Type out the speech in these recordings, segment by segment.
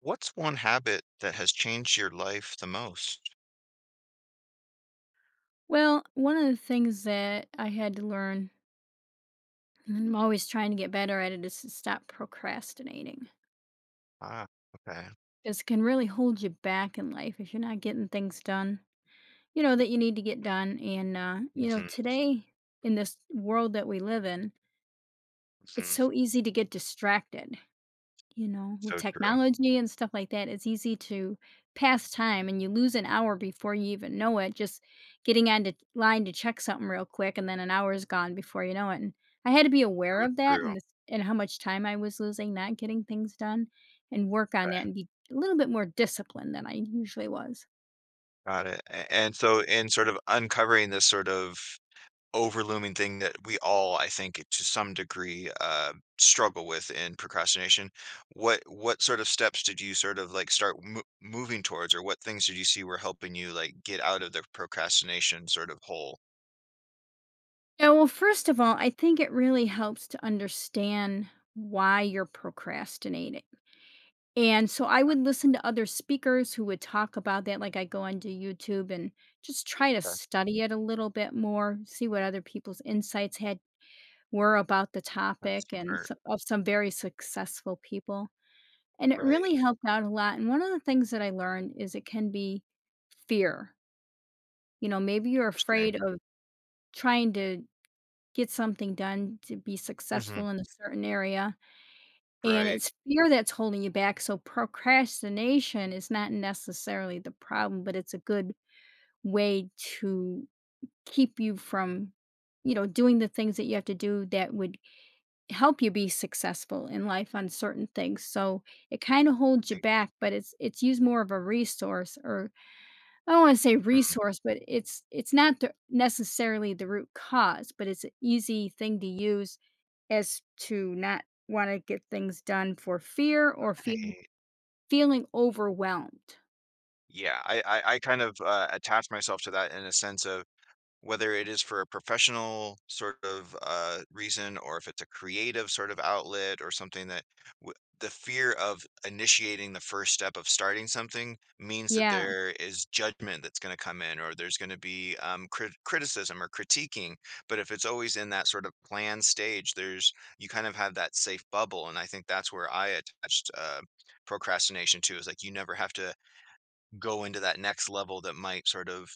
What's one habit that has changed your life the most? Well, one of the things that I had to learn, and I'm always trying to get better at it, is to stop procrastinating. Ah, okay. Because it can really hold you back in life if you're not getting things done, that you need to get done. Mhm, Today in this world that we live in, it's mhm. so easy to get distracted. With So true, technology and stuff like that, it's easy to pass time and you lose an hour before you even know it, just getting on the line to check something real quick and then an hour is gone before you know it. And I had to be aware so of that true. and this, and how much time I was losing not getting things done and work on that Right, and be a little bit more disciplined than I usually was. got it. A and so in sort of uncovering this sort of overlooming thing that we all, I think, to some degree, struggle with in procrastination, what sort of steps did you sort of, like, start mo moving towards, or what things did you see were helping you, like, get out of the procrastination sort of hole? Yeah, well, first of all, I think it really helps to understand why you're procrastinating. And so I would listen to other speakers who would talk about that, like I go onto YouTube and just try to That study it a little bit more, see what other people's insights had were about the that's topic and smart. so, of some very successful people. And it Right. really helped out a lot. And one of the things that I learned is it can be fear. You know, maybe you're Interesting. afraid of trying to get something done to be Mhm. successful in a certain area. And Right. it's fear that's holding you back, so procrastination is not necessarily the problem, but it's a good way to keep you from, doing the things that you have to do that would help you be successful in life on certain things. So it kind of holds you back, but it's used more of a resource, or I don't want to say resource, but it's not the, necessarily the root cause, but it's an easy thing to use as to not want to get things done for fear, or fear Hey, feeling overwhelmed. yeah, I kind of, attach myself to that in a sense of whether it is for a professional sort of, reason or if it's a creative sort of outlet or something that w the fear of initiating the first step of starting something means that Yeah. there is judgment that's gonna come in or there's gonna be, criticism or critiquing, but if it's always in that sort of planned stage, there's you kind of have that safe bubble, and I think that's where I attached, procrastination to is, like, you never have to go into that next level that might sort of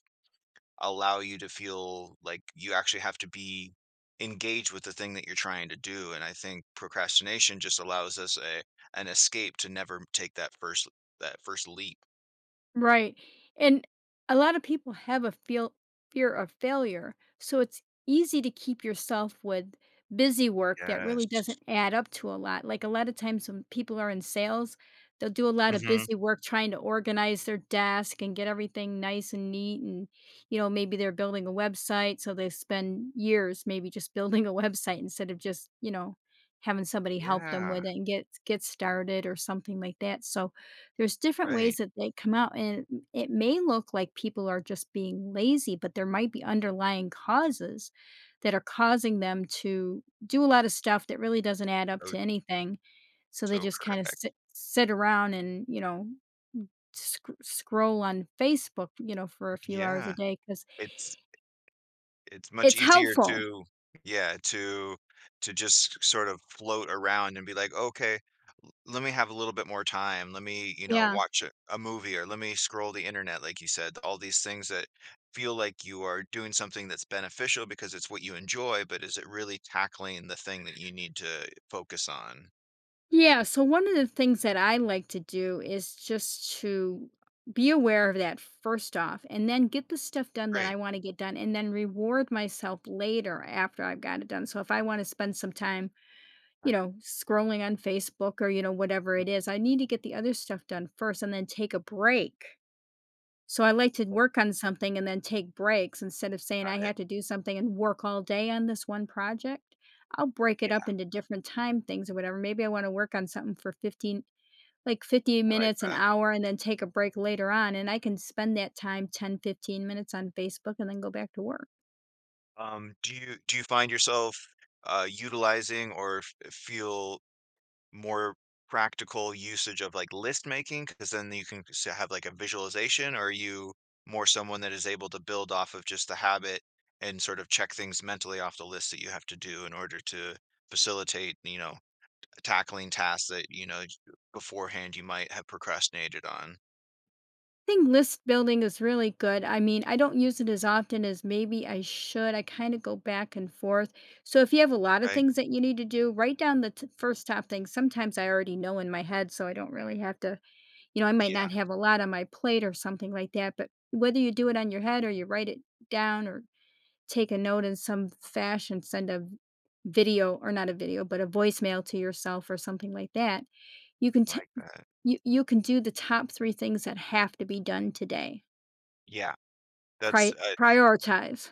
allow you to feel like you actually have to be engaged with the thing that you're trying to do. And I think procrastination just allows us a an escape to never take that first leap. Right, and a lot of people have a feel fear of failure, so it's easy to keep yourself with busy work that really Yes. doesn't add up to a lot. Like, a lot of times when people are in sales, they'll do a lot of Hmm. busy work trying to organize their desk and get everything nice and neat, and, maybe they're building a website, so they spend years maybe just building a website instead of just, having somebody help them Yeah. with it and get started or something like that, so there's different ways Right. that they come out, and it may look like people are just being lazy, but there might be underlying causes that are causing them to do a lot of stuff that really doesn't add up So to anything. So they so just kind of correct. sit around and, scroll on Facebook, for a few hours a Yeah. day because It's It's much it's easier helpful. to yeah, to just sort of float around and be like, "Okay, l let me have a little bit more time. Let me, you know, Yeah. watch a movie or let me scroll the internet," like you said, all these things that feel like you are doing something that's beneficial because it's what you enjoy, but is it really tackling the thing that you need to focus on? Yeah, so one of the things that I like to do is just to be aware of that first off and then get the stuff done that Great. I want to get done and then reward myself later after I've got it done. So if I want to spend some time, I scrolling on Facebook or, whatever hadn't it is, I need to get the other stuff done first and then take a break, so I like to thought work on something and then take breaks instead of saying about I it. have to do something and work all day on this one project. I'll break Yeah, it up into different time things or whatever. Maybe I want to work on something for 15 like 50 I like minutes an that. hour and then take a break later on and I can spend that time 10, 15 minutes on Facebook and then go back to work. Do you find yourself, utilizing or f feel more practical usage of like list making because then you can s- have like a visualization or are you more someone that is able to build off of just the habit and sort of check things mentally off the list that you have to do in order to facilitate, you know, tackling tasks that you know j- beforehand you might have procrastinated on. Think list building is really good. I mean, I don't use it as often as maybe I should. I kind of go back and forth. So if you have a lot of Right. things that you need to do, write down the first top things. Sometimes I already know in my head, so I don't really have to, I might Yeah, not have a lot on my plate or something like that. But whether you do it on your head or you write it down or take a note in some fashion, send a video, or not a video, but a voicemail to yourself or something like that, you can. I like that. You can do the top three things that have to be done today. Yeah that's Prioritize.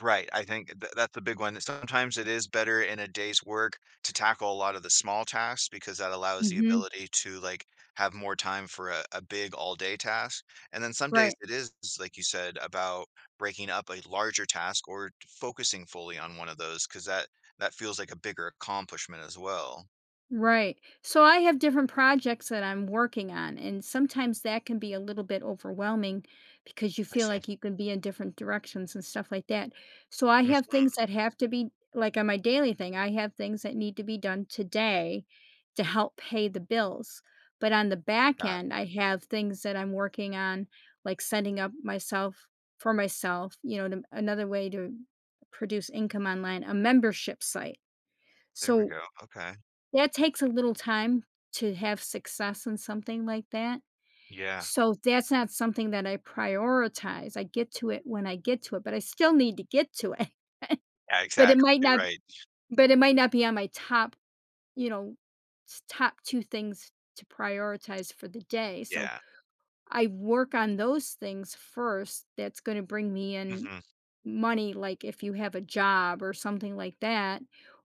Right, I think th that's the big one. Sometimes it is better in a day's work to tackle a lot of the small tasks because that allows the Mhm. ability to, like, have more time for a big all-day task, and then some days Right. it is, like you said, about breaking up a larger task or focusing fully on one of those because that feels like a bigger accomplishment as well. Right. So I have different projects that I'm working on, and sometimes that can be a little bit overwhelming because you I feel see. like you can be in different directions and stuff like that. So I have things Mhm. that have to be like on my daily thing, I have things that need to be done today to help pay the bills. But on the back Yeah, end, I have things that I'm working on, like setting up myself for myself, to, another way to produce income online, a membership site. there we So go, okay. that takes a little time to have success in something like that, Yeah. so that's not something that I prioritize. I get to it when I get to it, but I still need to get to it, Yeah, but exactly, it might not right. but it might not be on my top, you know, s top 2 things to prioritize for the day, so Yeah. I work on those things first that's gonna bring me in Mhm. money, like if you have a job or something like that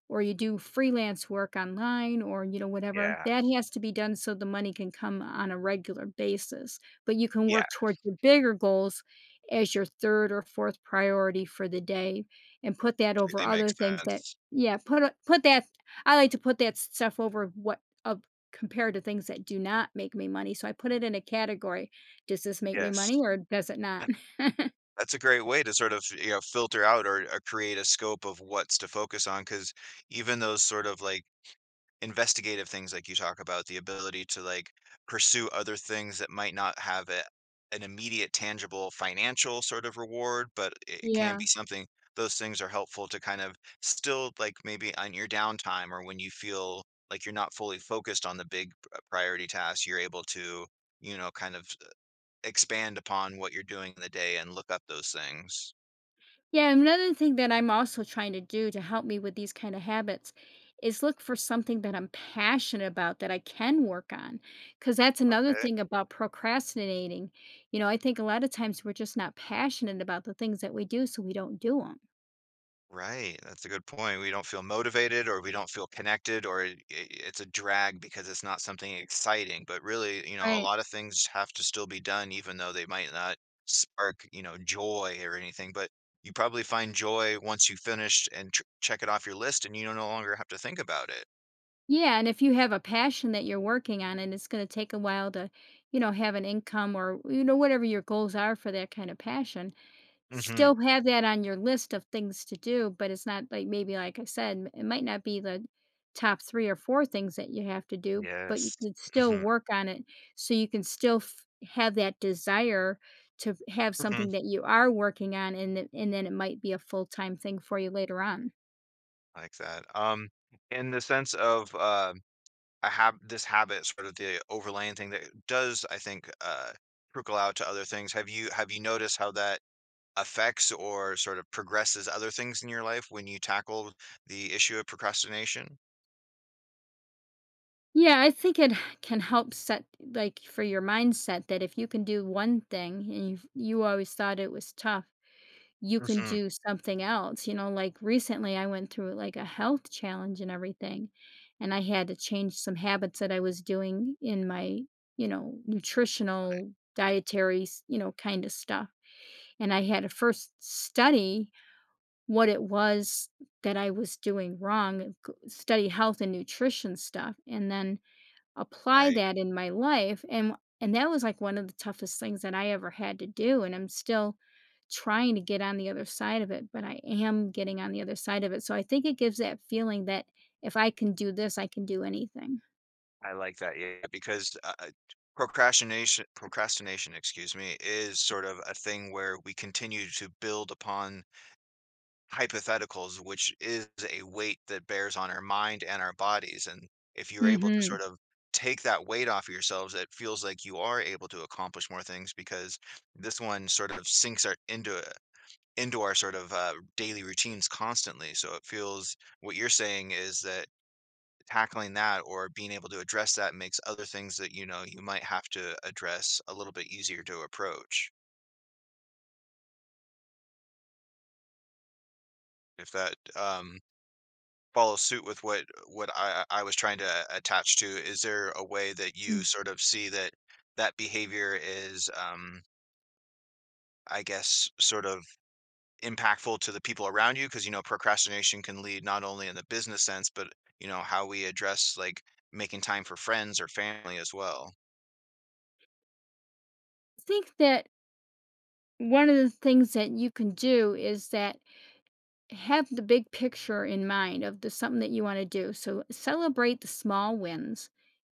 or you do freelance work online or you know whatever Yeah. that has to be done so the money can come on a regular basis, but you can Yeah, work towards your bigger goals as your third or fourth priority for the day and put that over completely other makes things that sense. yeah put that. I like to put that stuff over what of compared to things that do not make me money, so I put it in a category, does this make me money Yes. or does it not? That's a great way to sort of, you know, filter out or create a scope of what's to focus on. Cause even those sort of like investigative things, like you talk about, the ability to like pursue other things that might not have a, an immediate, tangible financial sort of reward, but it can Yeah. be something, those things are helpful to kind of still like maybe on your downtime or when you feel like you're not fully focused on the big priority tasks, you're able to, you know, kind of expand upon what you're doing in the day and look up those things. Yeah, another thing that I'm also trying to do to help me with these kind of habits is look for something that I'm passionate about that I can work on. Because that's another Right. thing about procrastinating. You know, I think a lot of times we're just not passionate about the things that we do, so we don't do them. Right, that's a good point. We don't feel motivated or we don't feel connected or it, it's a drag because it's not something exciting. But really, you know, a Right. lot of things have to still be done even though they might not spark, you know, joy or anything, but you probably find joy once you finish and tr check it off your list and you no longer have to think about it. Yeah, and if you have a passion that you're working on and it's going to take a while to, have an income or, whatever your goals are for that kind of passion, Mhm. still have that on your list of things to do, but it's not like maybe like I said, m it might not be the top 3 or 4 things that you have to do, but you Yes. could still Mhm. work on it so you can still f have that desire to f have Mhm. something that you are working on and th and then it might be a full-time thing for you later on. Like that. In the sense of I have this habit, sort of the overlaying thing that does, I think, trickle out to other things. Have you noticed how that affects or sort of progresses other things in your life when you tackle the issue of procrastination? Yeah, I think it can help set like, for your mindset that if you can do one thing and you always thought it was tough, you can Mhm. do something else, you know, like, recently, I went through, like, a health challenge and everything, and I had to change some habits that I was doing in my, nutritional, dietary, s you know, kinda stuff, and I had to first study what it was that I was doing wrong, g study health and nutrition stuff, and then apply Right. that in my life, and that was, like, one of the toughest things that I ever had to do, and I'm still trying to get on the other side of it, but I am getting on the other side of it, so I think it gives that feeling that if I can do this, I can do anything. I like that. Yeah, because procrastination, excuse me, is sort of a thing where we continue to build upon hypotheticals, which is a weight that bears on our mind and our bodies. And if you're able to Mhm, sort of take that weight off yourselves, it feels like you are able to accomplish more things because this one sort of sinks our into our sort of daily routines constantly. So it feels what you're saying is that tackling that or being able to address that makes other things that you know you might have to address a little bit easier to approach. If that follow suit with what what I was trying to attach to. Is there a way that you mm. sort of see that that behavior is, I guess, sort of impactful to the people around you? Because you know, procrastination can lead not only in the business sense, but you know how we address like making time for friends or family as well. I think that one of the things that you can do is that have the big picture in mind of the something that you want to do. So celebrate the small wins.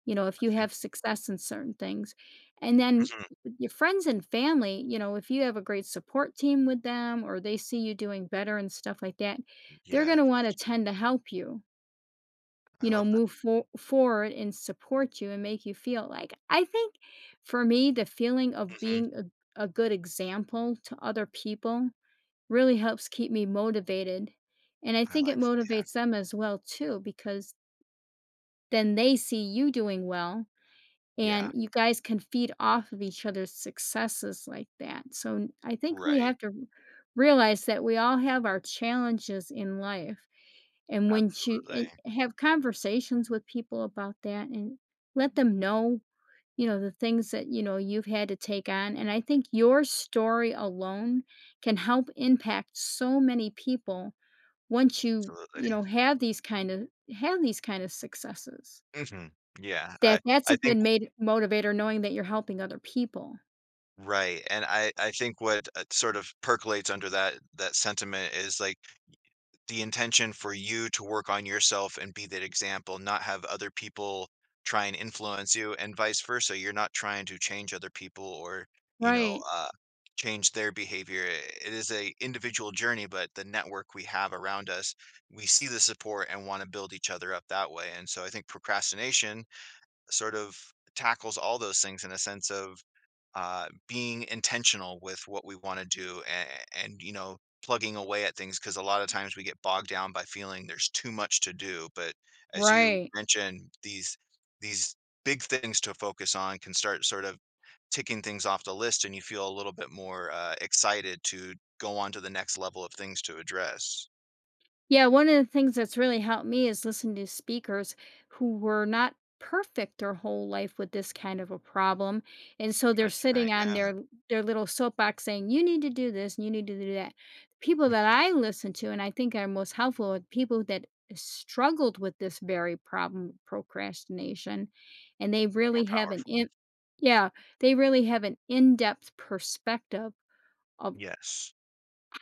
You know, if I you see. have success in certain things, and then Mhm. with your friends and family, if you have a great support team with them or they see you doing better and stuff like that, they're Yeah, going to want to tend to help you, I love move forward and support you and make you feel like. I think for me, the feeling of that. Hmm. being a good example to other people really helps keep me motivated, and I I think it like, yeah, motivates them as well too because then they see you doing well, and yeah, you guys can feed off of each other's successes like that, so n I think we right, have to r realize that we all have our challenges in life, and when you absolutely, and have conversations with people about that and let them know, the things that, you've had to take on, and I think your story alone can help impact so many people once you, absolutely. Have these kind of successes, Hmm. Yeah, that that's I a good think. made motivator knowing that you're helping other people. Right, and I think what, sort of percolates under that sentiment is, like, the intention for you to work on yourself and be that example, not have other people try and influence you, and vice versa. You're not trying to change other people or, you know, Right. Change their behavior. It is a individual journey, but the network we have around us, we see the support and wanna build each other up that way, and so I think procrastination sort of tackles all those things in a sense of being intentional with what we want to do and you know plugging away at things because a lot of times we get bogged down by feeling there's too much to do but as you Right. mentioned these big things to focus on can start sort of ticking things off the list and you feel a little bit more excited to go on to the next level of things to address. Yeah, one of the things that's really helped me is listen to speakers who were not perfect their whole life with this kind of a problem. And so You they're mentioned that, sitting on yeah. Their little soapbox saying, you need to do this, and you need to do that. People that Mhm. I listen to and I think are most helpful are people that struggled with this very problem, procrastination, and they More really have an powerful. in yeah, they really have an in-depth perspective of Yes.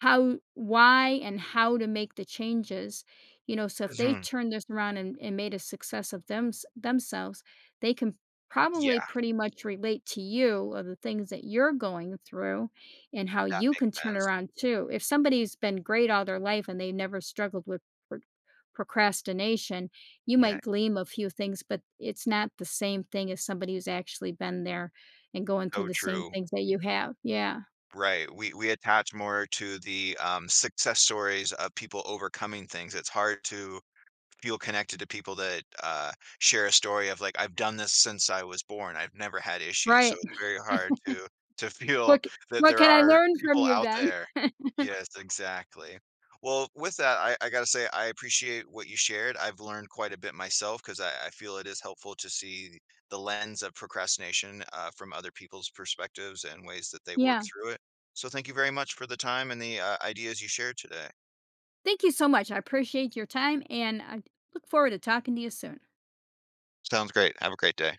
how why and how to make the changes, so if they Mhm. turn this around and made a success of themselves, they can probably Yeah, pretty much relate to you of the things that you're going through and how that you makes can turn it sense. around too. If somebody's been great all their life and they never struggled with pro procrastination, you Yeah, might gleam a few things, but it's not the same thing as somebody who's actually been there and going through so the same true. things that you have. Yeah. Right, we attach more to the, success stories of people overcoming things, it's hard to feel connected to people that, share a story of, like, "I've done this since I was born. I've never had issues." So Right. it's very hard to feel What c that what there can I are learn from people you out then? there. Yes, exactly. Well, with that, I gotta say I appreciate what you shared. I've learned quite a bit myself because I feel it is helpful to see the lens of procrastination, from other people's perspectives and ways that they work Yeah. through it. So thank you very much for the time and the, ideas you shared today. Thank you so much. I appreciate your time, and I look forward to talking to you soon. Sounds great. Have a great day.